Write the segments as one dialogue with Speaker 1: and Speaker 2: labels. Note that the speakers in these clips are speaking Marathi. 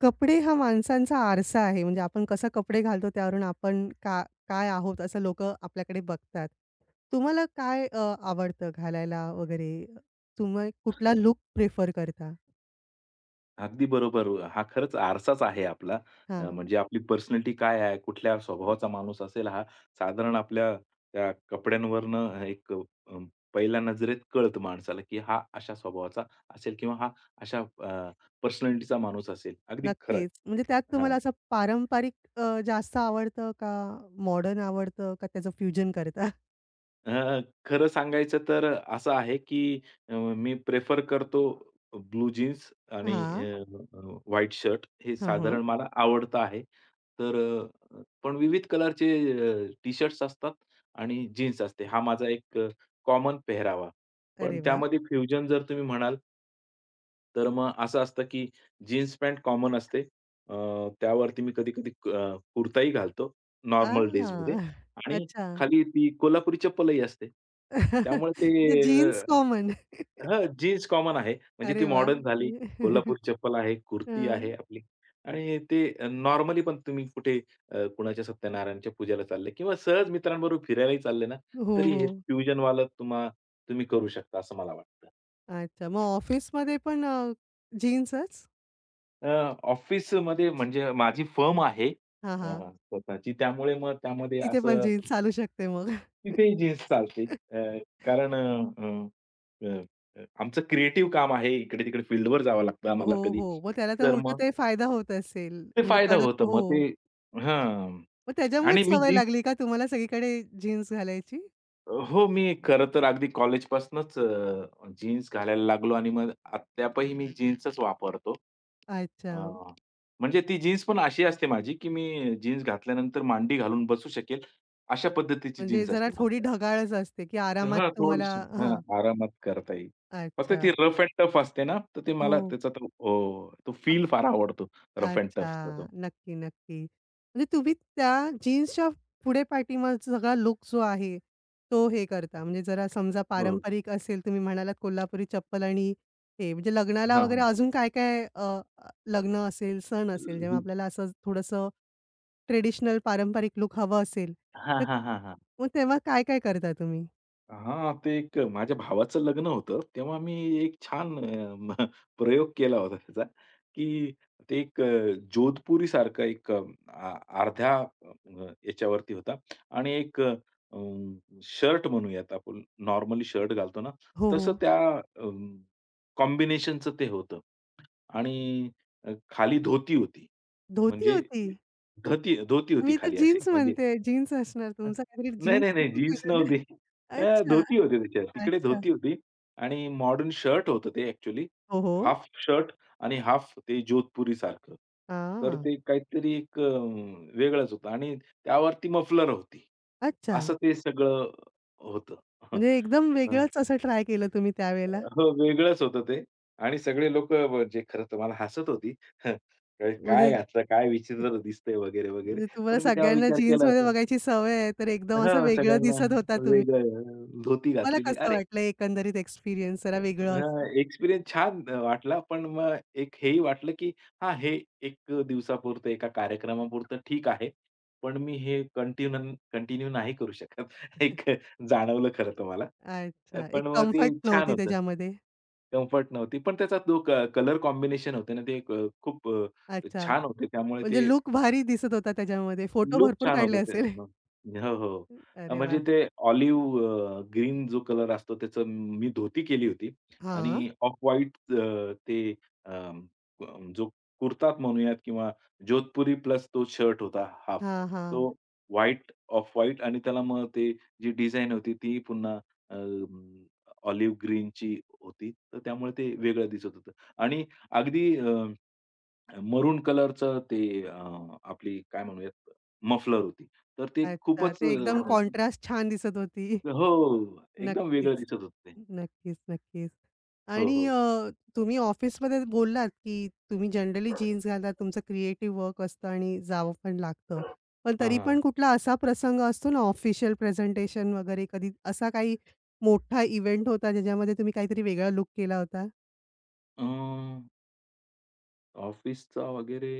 Speaker 1: कपडे हा माणसांचा आरसा आहे. म्हणजे आपण कसं कपडे घालतो त्यावरून आपण का काय आहोत असं लोकं आपल्याकडे बघतात. तुम्हाला काय आवडतं घालायला वगैरे? तुम्ही कुठला लूक प्रिफर करता?
Speaker 2: अगदी बरोबर. हा खरंच आरसाच आहे आपला.
Speaker 1: हां,
Speaker 2: म्हणजे आपली पर्सनॅलिटी काय आहे, कुठल्या स्वभावाचा माणूस असेल हा, साधारण आपल्या त्या कपड्यांवरनं एक पहिल्या नजरेत कळतं माणसाला, की हा अशा स्वभावाचा असेल किंवा हा अशा पर्सनॅलिटीचा माणूस असेल. अगदी
Speaker 1: नक्कीच. म्हणजे त्यात तुम्हाला असं पारंपरिक जास्त आवडतं का मॉडर्न आवडतं का त्याचं फ्युजन करता?
Speaker 2: अ, खरं सांगायचं तर असं आहे, की मी प्रेफर करतो ब्लू जीन्स आणि
Speaker 1: हां.
Speaker 2: अ, व्हाईट शर्ट हे
Speaker 1: हां, हां.
Speaker 2: साधारण मला आवडतं आहे. तर पण विविध कलरचे टी-शर्ट्स असतात आणि जीन्स असते. हा माझा एक कॉमन पेहरावा. पण
Speaker 1: अरे वाह!
Speaker 2: त्यामध्ये फ्युजन जर तुम्ही म्हणाल तर मग असं असतं की जीन्स पॅन्ट कॉमन असते. अ, त्यावरती मी कधी-कधी कुर्ताही घालतो
Speaker 1: आ,
Speaker 2: नॉर्मल डेजमध्ये आणि
Speaker 1: अच्छा.
Speaker 2: खाली ती कोल्हापुरी चप्पलही असते. त्यामुळे
Speaker 1: म्हणजे
Speaker 2: ते
Speaker 1: जीन्स कॉमन.
Speaker 2: हां, जीन्स कॉमन आहे. म्हणजे ती
Speaker 1: अरे वाह!
Speaker 2: मॉडर्न झाली, कोल्हापुरी चप्पल आहे, कुर्ती आहे
Speaker 1: हं.
Speaker 2: आपली आणि ते नॉर्मली पण तुम्ही कुठे कुणाच्या सत्यनारायणच्या पूजेला चालले किंवा सहज मित्रांबरोबर फिरायलाही चालले ना,
Speaker 1: हो,
Speaker 2: तरी हे
Speaker 1: हो.
Speaker 2: फ्युजनवालं तुम्ही करू शकता असं मला वाटतं.
Speaker 1: अच्छा. मग ऑफिसमध्ये पण जीन्सच?
Speaker 2: अ, ऑफिसमध्ये म्हणजे माझी फर्म आहे
Speaker 1: हां,
Speaker 2: अ,
Speaker 1: हां.
Speaker 2: स्वतःची. त्यामुळे मग त्यामध्ये
Speaker 1: तिथे पण जीन्स चालू शकते मग.
Speaker 2: तिथेही जीन्स चालते. अ, कारण अ, अ, अ, आमचं क्रिएटिव्ह काम आहे. इकडे-तिकडे फील्डवर जावं लागतं आम्हाला
Speaker 1: हो,
Speaker 2: कधी.
Speaker 1: हो. मग त्याला तर
Speaker 2: तर
Speaker 1: उलटा
Speaker 2: मग
Speaker 1: ते फायदा होत असेल.
Speaker 2: ते
Speaker 1: म्हणजे
Speaker 2: फायदा
Speaker 1: कडक
Speaker 2: होतो.
Speaker 1: हो.
Speaker 2: मग ते हां.
Speaker 1: मग
Speaker 2: आणि
Speaker 1: त्याच्यामुळेच
Speaker 2: मी
Speaker 1: सवय
Speaker 2: जीन्स.
Speaker 1: लागली का तुम्हाला सगळीकडे जीन्स घालायची?
Speaker 2: हो, मी खरं तर अगदी कॉलेजपासनंच जीन्स घालायला लागलो आणि मग अद्यापही मी जीन्सच वापरतो. अ,
Speaker 1: अच्छा.
Speaker 2: म्हणजे ती जीन्स पण अशी असते माझी, की मी जीन्स घातल्यानंतर मांडी घालून बसू शकेल, अशा पद्धतीची
Speaker 1: म्हणजे
Speaker 2: जीन्स
Speaker 1: जरा
Speaker 2: असते
Speaker 1: थोडी
Speaker 2: माझी.
Speaker 1: ढगाळच असते, की आरामात
Speaker 2: हां,
Speaker 1: तुम्हाला
Speaker 2: थोडीशी हां,
Speaker 1: हां.
Speaker 2: आरामात करता येईल. फक्त
Speaker 1: अच्छा.
Speaker 2: ती रफ अँड टफ असते ना, तर ते
Speaker 1: हो.
Speaker 2: मला त्याचा तो हो, तो फील फार आवडतो. रफ अँड टफचा
Speaker 1: अच्छा.
Speaker 2: तो.
Speaker 1: नक्की, नक्की. म्हणजे तुम्ही त्या जीन्सच्या पुढे पाठीमागचा सगळा लूक जो आहे, तो हे करता. म्हणजे जरा समजा
Speaker 2: हो.
Speaker 1: पारंपरिक असेल, तुम्ही म्हणालात कोल्हापुरी चप्पल आणि हे म्हणजे लग्नाला
Speaker 2: हां,
Speaker 1: वगैरे
Speaker 2: हां.
Speaker 1: अजून काय-काय लग्न असेल, सण असेल, जेव्हा आपल्याला असं थोडंसं ट्रेडिशनल पारंपरिक लूक हवं असेल,
Speaker 2: हां,
Speaker 1: तर
Speaker 2: हां, हां, हां.
Speaker 1: मग तेव्हा काय-काय करता तुम्ही?
Speaker 2: हां, ते एक माझ्या भावाचं लग्न होतं. तेव्हा मी एक छान अ, म प्रयोग केला होता त्याचा, की ते एक जोधपुरीसारखा एक अ, आ अर्ध्या याच्यावरती होता आणि एक शर्ट म्हणूयात आपण नॉर्मली शर्ट घालतो ना,
Speaker 1: हो,
Speaker 2: तसं
Speaker 1: हो.
Speaker 2: त्या कॉम्बिनेशनचं ते होतं आणि खाली धोती होती.
Speaker 1: धोती
Speaker 2: म्हणजे
Speaker 1: होती?
Speaker 2: धोती होती
Speaker 1: मी तर
Speaker 2: खाली असे
Speaker 1: जीन्स
Speaker 2: म्हणजे
Speaker 1: म्हणते. जीन्स असणार तुमचा काहीतरी
Speaker 2: नाही, नाही, नाही. जीन्स
Speaker 1: जीन्स
Speaker 2: नव्हती.
Speaker 1: अच्छा,
Speaker 2: धोती होती त्याच्यात. तिकडे
Speaker 1: अच्छा.
Speaker 2: धोती होती आणि मॉडर्न शर्ट होतं ते ॲक्चुअली.
Speaker 1: हो, हो.
Speaker 2: हाल्फ शर्ट आणि हाल्फ ते जोधपुरीसारखं. तर
Speaker 1: हां.
Speaker 2: ते काहीतरी एक वेगळाच होता आणि त्यावरती मफलर होती.
Speaker 1: अच्छा.
Speaker 2: असं ते सगळं होतं.
Speaker 1: म्हणजे एकदम
Speaker 2: हं.
Speaker 1: वेगळंच असं ट्राय केलं तुम्ही त्यावेळेला?
Speaker 2: हो, वेगळंच होतं ते आणि सगळे लोकं म्हणजे खरं तर मला हसत होती. काय काय
Speaker 1: म्हणजे
Speaker 2: घातलं, काय विचित्र दिसतंय वगैरे, वगैरे.
Speaker 1: म्हणजे तुम्हाला
Speaker 2: पण मी तेव्हा
Speaker 1: सगळ्यांना
Speaker 2: विचार केला,
Speaker 1: जीन्समध्ये बघायची सवय आहे, तर एकदम असं
Speaker 2: हां,
Speaker 1: वेगळं
Speaker 2: सगळ्यांना
Speaker 1: दिसत होता तुम्ही.
Speaker 2: वेगळं धोती
Speaker 1: तुम्हाला
Speaker 2: घातलेली.
Speaker 1: कसं
Speaker 2: अरे,
Speaker 1: वाटलं एकंदरीत एक्सपिरियन्स जरा वेगळं असं?
Speaker 2: हां, एक्सपिरियन्स छान वाटला. पण मग एक हेही वाटलं, की हां, हे 1 दिवसापुरतं, एका कार्यक्रमापुरतं ठीक आहे. पण मी हे कंटिन्यू कंटिन्यू नाही करू शकत. एक जाणवलं खरं तर मला.
Speaker 1: अच्छा. एक
Speaker 2: पण मग ते
Speaker 1: कम्फर्ट
Speaker 2: छान
Speaker 1: नव्हती
Speaker 2: होतं.
Speaker 1: त्याच्यामध्ये.
Speaker 2: कम्फर्ट नव्हती. पण त्याचा तो कलर कॉम्बिनेशन होते ना, ते खूप
Speaker 1: अच्छा.
Speaker 2: छान होते. त्यामुळे
Speaker 1: म्हणजे
Speaker 2: ते
Speaker 1: लूक भारी दिसत होता त्याच्यामध्ये. फोटो
Speaker 2: लूक
Speaker 1: भरपूर
Speaker 2: छान होतं
Speaker 1: काढले
Speaker 2: ते.
Speaker 1: असेल?
Speaker 2: मग हो, हो.
Speaker 1: अरे
Speaker 2: म्हणजे
Speaker 1: वाह!
Speaker 2: ते ऑलिव्ह ग्रीन जो कलर असतो त्याचं मी धोती केली होती
Speaker 1: हां.
Speaker 2: आणि ऑफ व्हाईट ते अ, जो कुर्ताच म्हणूयात किंवा जोधपुरी प्लस तो शर्ट होता हाफ,
Speaker 1: हां,
Speaker 2: तो
Speaker 1: हां.
Speaker 2: व्हाईट, ऑफ व्हाईट आणि त्याला मग ते जी डिझाइन होती ती पुन्हा अ, ऑलिव्ह ग्रीनची होती. तर त्यामुळे ते वेगळं दिसत होतं आणि अगदी मरून कलरचं ते अ, आपली काय म्हणूयात मफलर होती. तर ते
Speaker 1: अच्छा.
Speaker 2: खूपच
Speaker 1: ते एकदम
Speaker 2: हां.
Speaker 1: कॉन्ट्रास्ट छान दिसत होती.
Speaker 2: हो, हो, हो, एकदम
Speaker 1: नक्कीच.
Speaker 2: वेगळं दिसत होतं ते.
Speaker 1: नक्कीच, नक्कीच.
Speaker 2: हो,
Speaker 1: आणि
Speaker 2: हो.
Speaker 1: तुम्ही ऑफिसमध्ये बोललात, की तुम्ही जनरली जीन्स घालता, तुमचं क्रिएटिव्ह वर्क असतं आणि जावं पण लागतं. पण
Speaker 2: हां,
Speaker 1: तरी
Speaker 2: हां.
Speaker 1: पण कुठला असा प्रसंग असतो ना, ऑफिशियल प्रेझेंटेशन वगैरे कधी असा काही मोठा इव्हेंट होता, ज्याच्यामध्ये तुम्ही काहीतरी वेगळा लूक केला होता?
Speaker 2: अ ऑफिसचा वगैरे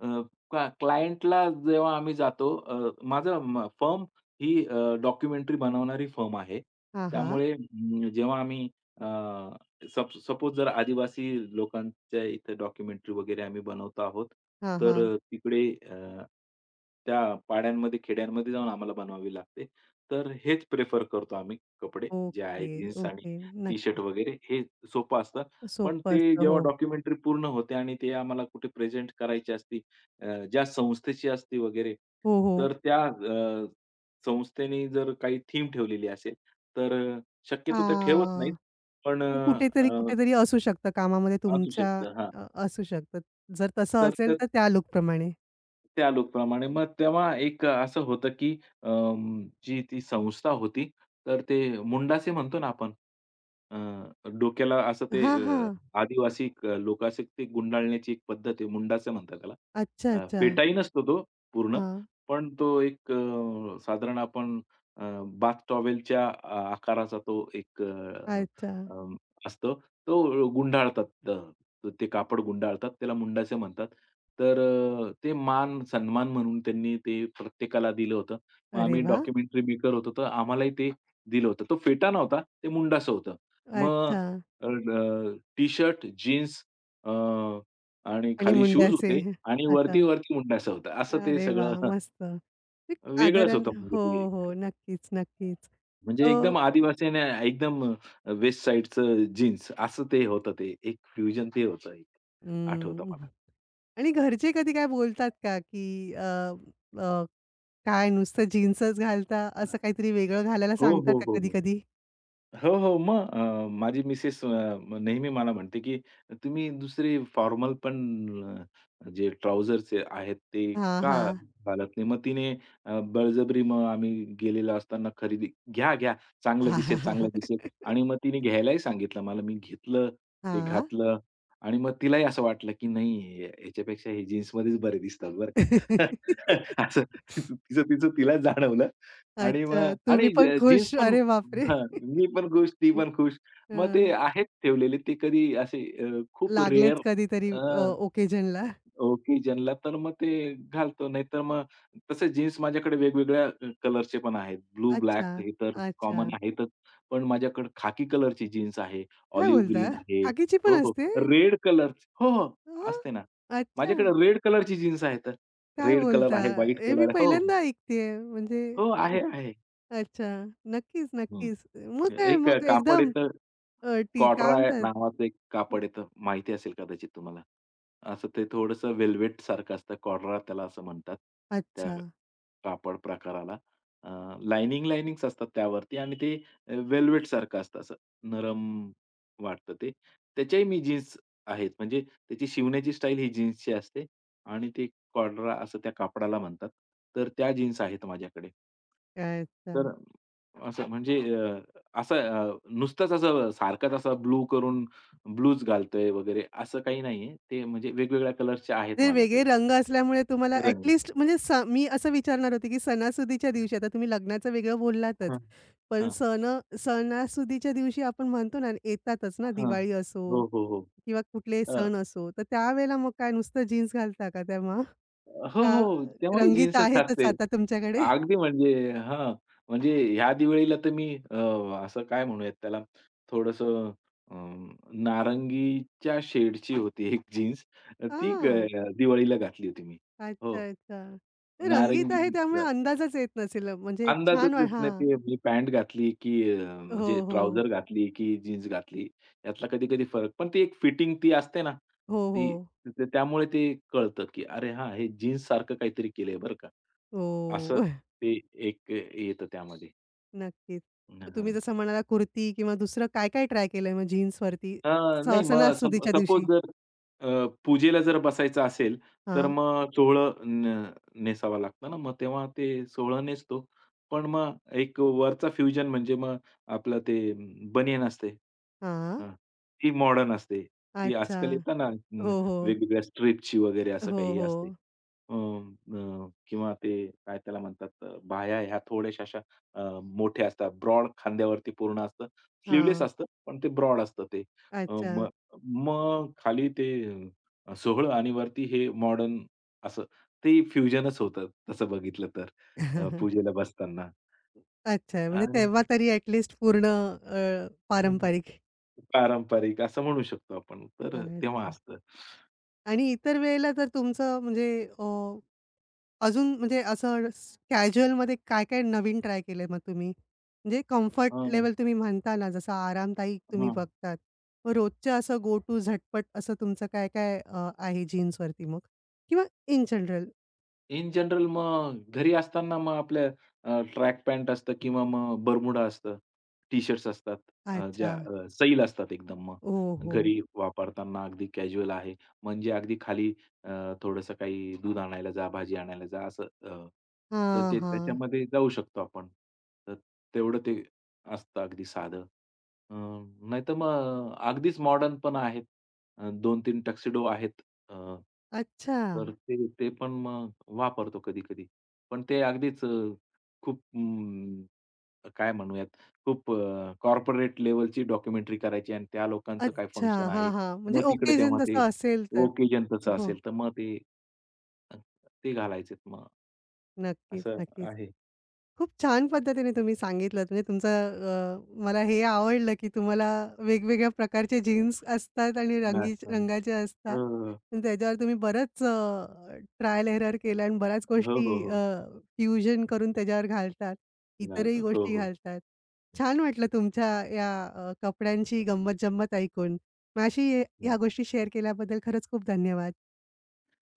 Speaker 2: अ, क्लायंटला जेव्हा आम्ही जातो. माझं फर्म ही डॉक्युमेंटरी बनवणारी फर्म आहे.
Speaker 1: हां, हां.
Speaker 2: त्यामुळे जेव्हा आम्ही अ, सप सपोज जर आदिवासी लोकांच्या इथे डॉक्युमेंटरी वगैरे आम्ही बनवतो आहोत,
Speaker 1: हां,
Speaker 2: तर
Speaker 1: हां.
Speaker 2: तिकडे त्या पाड्यांमध्ये, खेड्यांमध्ये जाऊन आम्हाला बनवावी लागते. तर हेच प्रिफर करतो आम्ही कपडे जे आहे
Speaker 1: ओके,
Speaker 2: जीन्स आणि
Speaker 1: ओके.
Speaker 2: टी-शर्ट
Speaker 1: नक्कीच.
Speaker 2: वगैरे हे सोपं असतं. पण
Speaker 1: सोपं
Speaker 2: ते
Speaker 1: असतं.
Speaker 2: जेव्हा
Speaker 1: हो.
Speaker 2: डॉक्युमेंटरी पूर्ण होते आणि ते आम्हाला कुठे प्रेझेंट करायची असती, अ, ज्या संस्थेची असती वगैरे,
Speaker 1: हो, हो.
Speaker 2: तर त्या संस्थेने जर काही थीम ठेवलेली असेल, तर
Speaker 1: आ
Speaker 2: शक्यतो ते ठेवत नाहीत. पण अ,
Speaker 1: पण कुठेतरी,
Speaker 2: अ,
Speaker 1: कुठेतरी असू शकतं कामामध्ये
Speaker 2: असू
Speaker 1: तुमच्या
Speaker 2: शकतं. हां.
Speaker 1: असू शकतं. जर तसं
Speaker 2: तर
Speaker 1: असेल
Speaker 2: त्या
Speaker 1: तर त्या लूकप्रमाणे.
Speaker 2: त्या लोकप्रमाणे मग तेव्हा एक असं होतं, की जी ती संस्था होती, तर ते मुंडासे म्हणतो ना आपण, अ, डोक्याला असं ते
Speaker 1: हां, हां.
Speaker 2: आदिवासी लोक असे ते गुंडाळण्याची एक पद्धत आहे, मुंडासे म्हणतात त्याला.
Speaker 1: अच्छा, अच्छा.
Speaker 2: पेटाही नसतो तो पूर्ण,
Speaker 1: हां.
Speaker 2: पण तो एक साधारण आपण बाथ टॉवेलच्या आकाराचा तो एक अ,
Speaker 1: अच्छा.
Speaker 2: अ, असतो. तो गुंडाळतात. ते कापड गुंडाळतात. त्याला मुंडासे म्हणतात. तर ते मान-सन्मान म्हणून त्यांनी ते प्रत्येकाला दिलं होतं. मग
Speaker 1: अरे
Speaker 2: आम्ही
Speaker 1: वाह!
Speaker 2: डॉक्युमेंटरी मेकर होतो, तर आम्हालाही ते दिलं होतं. तो फेटा नव्हता, ते मुंडासं होतं. मग
Speaker 1: अच्छा
Speaker 2: टी-शर्ट, जीन्स आणि
Speaker 1: आणि
Speaker 2: खाली शूज
Speaker 1: मुंड्याचे.
Speaker 2: होते आणि
Speaker 1: अच्छा.
Speaker 2: वरती-वरती मुंडासं होतं. असं ते
Speaker 1: अरे
Speaker 2: सगळं.
Speaker 1: वाह! मस्त. ते
Speaker 2: वेगळंच
Speaker 1: आदरान
Speaker 2: होतं म्हणजे
Speaker 1: हो,
Speaker 2: ते.
Speaker 1: हो.
Speaker 2: एक-
Speaker 1: नक्कीच, नक्कीच.
Speaker 2: म्हणजे
Speaker 1: अ,
Speaker 2: एकदम आदिवासी आणि एकदम वेस्ट साइडचं जीन्स असं ते होतं ते. एक फ्युजन ते होतं एक. आठवतं
Speaker 1: हं.
Speaker 2: मला.
Speaker 1: आणि घरचे कधी काय बोलतात का, की अ, अ, काय नुसतं जीन्सच घालता, असं काहीतरी वेगळं घालायला
Speaker 2: हो,
Speaker 1: सांगतात
Speaker 2: हो,
Speaker 1: का
Speaker 2: हो, हो.
Speaker 1: कधी-कधी?
Speaker 2: हो, हो. मग माझी मिसेस नेहमी मला म्हणते, की "तुम्ही दुसरे फॉर्मल पण जे ट्राउझर्स आहेत ते
Speaker 1: हां,
Speaker 2: का
Speaker 1: हां.
Speaker 2: घालत नाही?" मग तिने बळजबरी मग आम्ही गेलेलो असताना खरेदी "घ्या, घ्या. चांगलं दिसेल, चांगलं
Speaker 1: हां.
Speaker 2: दिसेल." आणि मग तिने घ्यायलाही सांगितलं मला. मी घेतलं, ते घातलं आणि मग तिलाही असं वाटलं, की नाही ह्याच्यापेक्षा हे जीन्समध्येच बरे दिसतात बरं का. असं तिचं तिचं तिलाच जाणवलं. आणि मग
Speaker 1: अच्छा, तुम्ही
Speaker 2: आणि
Speaker 1: पण
Speaker 2: जीन्स
Speaker 1: खुश.
Speaker 2: पण
Speaker 1: अरे बापरे!
Speaker 2: हां, मी पण खुश, ती
Speaker 1: हं.
Speaker 2: पण खुश. मग ते
Speaker 1: हं.
Speaker 2: आहेत ठेवलेले ते कधी असे खूप रेअर
Speaker 1: लागलेच कधीतरी
Speaker 2: अ,
Speaker 1: ओकेजनला.
Speaker 2: ओकेजनला तर मग ते घालतो. नाहीतर मग तसे जीन्स माझ्याकडे वेगवेगळ्या कलरचे पण आहेत. ब्लू,
Speaker 1: अच्छा,
Speaker 2: ब्लॅक हे तर
Speaker 1: अच्छा.
Speaker 2: कॉमन आहेतच. पण माझ्याकडे खाकी कलरची जीन्स आहे,
Speaker 1: काय
Speaker 2: ऑलिव्ह
Speaker 1: बोलता?
Speaker 2: ग्रीन आहे.
Speaker 1: खाकीची
Speaker 2: हो,
Speaker 1: पण
Speaker 2: हो.
Speaker 1: असते?
Speaker 2: Red colour. हो, हो.
Speaker 1: हां.
Speaker 2: असते ना.
Speaker 1: अच्छा,
Speaker 2: माझ्याकडे रेड कलरची जीन्स आहे तर.
Speaker 1: काय
Speaker 2: रेड कलर
Speaker 1: बोलता?
Speaker 2: आहे, व्हाईट
Speaker 1: हे
Speaker 2: कलर
Speaker 1: मी
Speaker 2: आहे. हो, हो.
Speaker 1: पहिल्यांदा ऐकतेय. म्हणजे
Speaker 2: हो, आहे, आहे.
Speaker 1: अच्छा. नक्कीच,
Speaker 2: हं.
Speaker 1: नक्कीच. मग काय
Speaker 2: एक
Speaker 1: मग
Speaker 2: कापड
Speaker 1: एकदम
Speaker 2: येतं.
Speaker 1: ती काय
Speaker 2: कॉर्डराय
Speaker 1: म्हणतात
Speaker 2: नावाचं एक कापड येतं, माहिती असेल कदाचित तुम्हाला. असं ते थोडंसं वेल्वेटसारखं असतं. कॉर्डरा त्याला असं म्हणतात, त्या
Speaker 1: अच्छा,
Speaker 2: कापड प्रकाराला. अ, लायनिंग्स असतात त्यावरती आणि ते वेल्वेटसारखं असतं असं नरम वाटतं ते. त्याच्याही मी जीन्स आहेत. म्हणजे त्याची शिवण्याची स्टाईल ही जीन्सची असते आणि ते कॉर्डरा असं त्या कापडाला म्हणतात. तर त्या जीन्स आहेत माझ्याकडे.
Speaker 1: अच्छा.
Speaker 2: तर असं म्हणजे असं नुसतंच असं सारखाच असा ब्लू करून ब्लूच घालतोय वगैरे असं काही नाहीये. ते म्हणजे वेगवेगळ्या कलर्सचे आहेत
Speaker 1: ते वेगळे
Speaker 2: माझ्याकडे
Speaker 1: रंग असल्यामुळे तुम्हाला ॲट
Speaker 2: रंग.
Speaker 1: लिस्ट म्हणजे स मी असं विचारणार होते, की सणासुदीच्या दिवशी आता तुम्ही लग्नाचं वेगळं बोललातच.
Speaker 2: हां.
Speaker 1: पण
Speaker 2: हां,
Speaker 1: सण सणासुदीच्या दिवशी आपण म्हणतो ना, येतातच ना
Speaker 2: हां.
Speaker 1: दिवाळी असो
Speaker 2: हो, हो, हो.
Speaker 1: किंवा कुठलेही
Speaker 2: अ,
Speaker 1: सण असो. तर त्यावेळेला मग काय नुसतं जीन्स घालता का तेव्हा?
Speaker 2: हो,
Speaker 1: का
Speaker 2: हो. तेव्हाही
Speaker 1: रंगीत
Speaker 2: जीन्सच
Speaker 1: आहेतच
Speaker 2: असते.
Speaker 1: आता तुमच्याकडे?
Speaker 2: अगदी म्हणजे हां, म्हणजे ह्या दिवाळीला तर मी असं काय म्हणूयात त्याला थोडंसं अ, नारंगीच्या शेडची होती एक जीन्स. ती ग
Speaker 1: हां.
Speaker 2: दिवाळीला घातली होती मी.
Speaker 1: अच्छा,
Speaker 2: हो,
Speaker 1: अच्छा. ते रंगीत आहे
Speaker 2: नारंगी
Speaker 1: त्यामुळे अंदाजच येत नसेल म्हणजे छान
Speaker 2: अंदाजच
Speaker 1: वा
Speaker 2: येत नाही
Speaker 1: हां.
Speaker 2: ते मी पॅन्ट घातली, की
Speaker 1: हो,
Speaker 2: म्हणजे
Speaker 1: हो.
Speaker 2: ट्राउझर घातली, की जीन्स घातली यातला कधी-कधी फरक. पण ती एक फिटिंग ती असते ना,
Speaker 1: हो, हो.
Speaker 2: ती त त्यामुळे ते कळतं, की अरे हां, हे जीन्स सारखं काहीतरी केलंय बरं का. असं
Speaker 1: हो.
Speaker 2: ते एक येतं त्यामध्ये.
Speaker 1: नक्कीच. मग तुम्ही
Speaker 2: हां.
Speaker 1: जसं म्हणाला कुर्ती किंवा दुसरं काय-काय ट्राय केलंय मग जीन्सवरती?
Speaker 2: हां,
Speaker 1: स-
Speaker 2: नाही मग
Speaker 1: सणासुदीच्या
Speaker 2: सपोज
Speaker 1: दिवशी?
Speaker 2: जर पूजेला जर बसायचं असेल, तर
Speaker 1: हां,
Speaker 2: मग सोहळं नेसावा लागतं ना, मग तेव्हा ते सोहळं नेसतो. पण मग एक वरचा फ्युजन म्हणजे मग आपलं ते बनियन असते.
Speaker 1: हां.
Speaker 2: हां, ती मॉडर्न असते. ती
Speaker 1: अच्छा.
Speaker 2: आजकाल येतात ना
Speaker 1: हो, हो.
Speaker 2: वेगवेगळ्या स्ट्रिपची वगैरे असं
Speaker 1: हो,
Speaker 2: काही
Speaker 1: हो.
Speaker 2: असते. अ, अ, किंवा ते काय त्याला म्हणतात बाह्या ह्या थोड्याशा अशा मोठ्या असतात. ब्रॉड खांद्यावरती पूर्ण असतं. स्लीव्हलेस
Speaker 1: हां.
Speaker 2: असतं, पण ते ब्रॉड असतं ते.
Speaker 1: अच्छा.
Speaker 2: मग मग खाली ते सोहळं आणि वरती हे मॉडर्न असं ते फ्युजनच होतं तसं बघितलं तर पूजेला बसताना
Speaker 1: अच्छा. म्हणजे
Speaker 2: आणि
Speaker 1: तेव्हा तरी ॲटलीस्ट पूर्ण पारंपरिक.
Speaker 2: पारंपरिक असं म्हणू शकतो आपण. तर तेव्हा
Speaker 1: अच्छा.
Speaker 2: असतं.
Speaker 1: आणि इतर वेळेला तर तुमचं म्हणजे अ अजून म्हणजे असं स कॅज्युअलमध्ये काय-काय नवीन ट्राय केलंय मग तुम्ही? म्हणजे कम्फर्ट
Speaker 2: हं,
Speaker 1: लेव्हल तुम्ही म्हणता ना, जसं आरामदायी तुम्ही
Speaker 2: हं.
Speaker 1: बघतात. मग रोजच्या असं गो टू झटपट असं तुमचं काय-काय आहे जीन्सवरती मग? किंवा इन जनरल?
Speaker 2: इन जनरल मग घरी असताना मग आपल्या ट्रॅक पॅन्ट असतं किंवा मग बरमुडा असतं, टी-शर्ट्स असतात
Speaker 1: अच्छा.
Speaker 2: ज्या सैल असतात एकदम मग.
Speaker 1: ओहो!
Speaker 2: घरी वापरताना अगदी कॅज्युअल आहे. म्हणजे अगदी खाली अ, थोडंसं काही दूध आणायला जा, भाजी आणायला जा असं अ, तर
Speaker 1: हां,
Speaker 2: ते
Speaker 1: हां.
Speaker 2: त्याच्यामध्ये जाऊ शकतो आपण. तर तेवढं ते असतं अगदी साधं. अ, नाहीतर मग अगदीच मॉडर्न पण आहेत. 2-3 टक्सिडो आहेत. अ,
Speaker 1: अच्छा.
Speaker 2: तर ते ते पण मग वापरतो कधी-कधी. पण ते अगदीच खूप काय म्हणूयात, खूप कॉर्पोरेट लेव्हलची डॉक्युमेंटरी करायची आणि त्या लोकांचं काय
Speaker 1: अच्छा.
Speaker 2: फंक्शन
Speaker 1: हां,
Speaker 2: आहे.
Speaker 1: हां. म्हणजे
Speaker 2: मग तिकडे
Speaker 1: ओकेजन
Speaker 2: तेव्हा ते
Speaker 1: तसं असेल तर.
Speaker 2: ओकेजन तसं
Speaker 1: हो.
Speaker 2: असेल, तर मग ते अ, ते घालायचेत मग
Speaker 1: नक्कीच,
Speaker 2: असं
Speaker 1: नक्कीच.
Speaker 2: आहे.
Speaker 1: खूप छान पद्धतीने तुम्ही सांगितलंत. म्हणजे तुमचं मला हे आवडलं, की तुम्हाला वेगवेगळ्या प्रकारचे जीन्स असतात आणि रंगी
Speaker 2: नाचताना.
Speaker 1: रंगाचे असतात.
Speaker 2: हो, हो.
Speaker 1: पण त्याच्यावर तुम्ही बरंच ट्रायल एरर केलं आणि बऱ्याच
Speaker 2: हो,
Speaker 1: गोष्टी
Speaker 2: हो, हो.
Speaker 1: फ्युजन करून त्याच्यावर घालतात. इतरही
Speaker 2: घालतात. हो,
Speaker 1: गोष्टी
Speaker 2: हो.
Speaker 1: घालतात. छान वाटलं तुमच्या या कपड्यांची गंमत-जंमत ऐकून. माझ्याशी ह्या
Speaker 2: हं.
Speaker 1: गोष्टी शेअर केल्याबद्दल खरंच खूप धन्यवाद.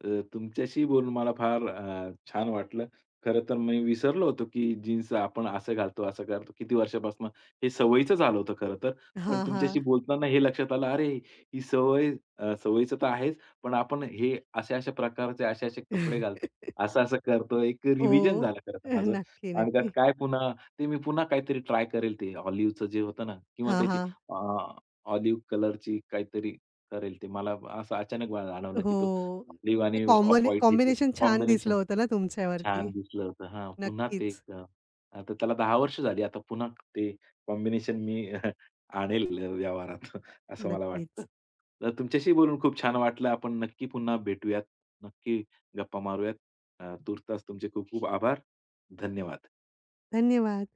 Speaker 2: तुमच्याशी बोलून मला फार छान वाटलं. खरं तर मी विसरलो होतो, की जीन्स आपण असं घालतो, असं करतो. किती वर्षापासून हे सवयीचं झालं होतं खरं तर. पण
Speaker 1: हां,
Speaker 2: तुमच्याशी
Speaker 1: हां.
Speaker 2: बोलताना हे लक्षात आलं, अरे, ही सवय सवयीचं तर आहेच, पण आपण हे अशा-अशा प्रकारचे असे-असे कपडे घालतो, असं-असं करतो. एक
Speaker 1: हो.
Speaker 2: रिव्हिजन झालं खरं तर माझं.
Speaker 1: नक्की,
Speaker 2: आणि त्यात
Speaker 1: नक्की.
Speaker 2: काय पुन्हा ते मी पुन्हा काहीतरी ट्राय करेल ते ऑलिव्हचं जे होतं ना किंवा
Speaker 1: हां,
Speaker 2: त्याची
Speaker 1: हां.
Speaker 2: अ, ऑलिव्ह कलरची काहीतरी करेल ते. मला असं अचानक मला जाणवलं, की तो
Speaker 1: हो.
Speaker 2: ऑलिव्ह
Speaker 1: ते
Speaker 2: आणि ऑफ
Speaker 1: कॉम्बने
Speaker 2: व्हाईट ह्याचं
Speaker 1: कॉम्बिनेशन छान दिसलं
Speaker 2: कॉम्बिनेशन
Speaker 1: होतं ना
Speaker 2: छान
Speaker 1: तुमच्यावरती.
Speaker 2: दिसलं होतं. हां, पुन्हा ते
Speaker 1: नक्कीच,
Speaker 2: एक आता त्याला 10 वर्ष झाली. आता पुन्हा ते कॉम्बिनेशन मी आणेल व्यवहारात असं मला वाटतं.
Speaker 1: नक्कीच.
Speaker 2: तर तुमच्याशी बोलून खूप छान वाटलं. आपण नक्की पुन्हा भेटूयात. नक्की गप्पा मारूयात. तूर्तास तुमचे खूप खूप आभार. धन्यवाद.
Speaker 1: धन्यवाद.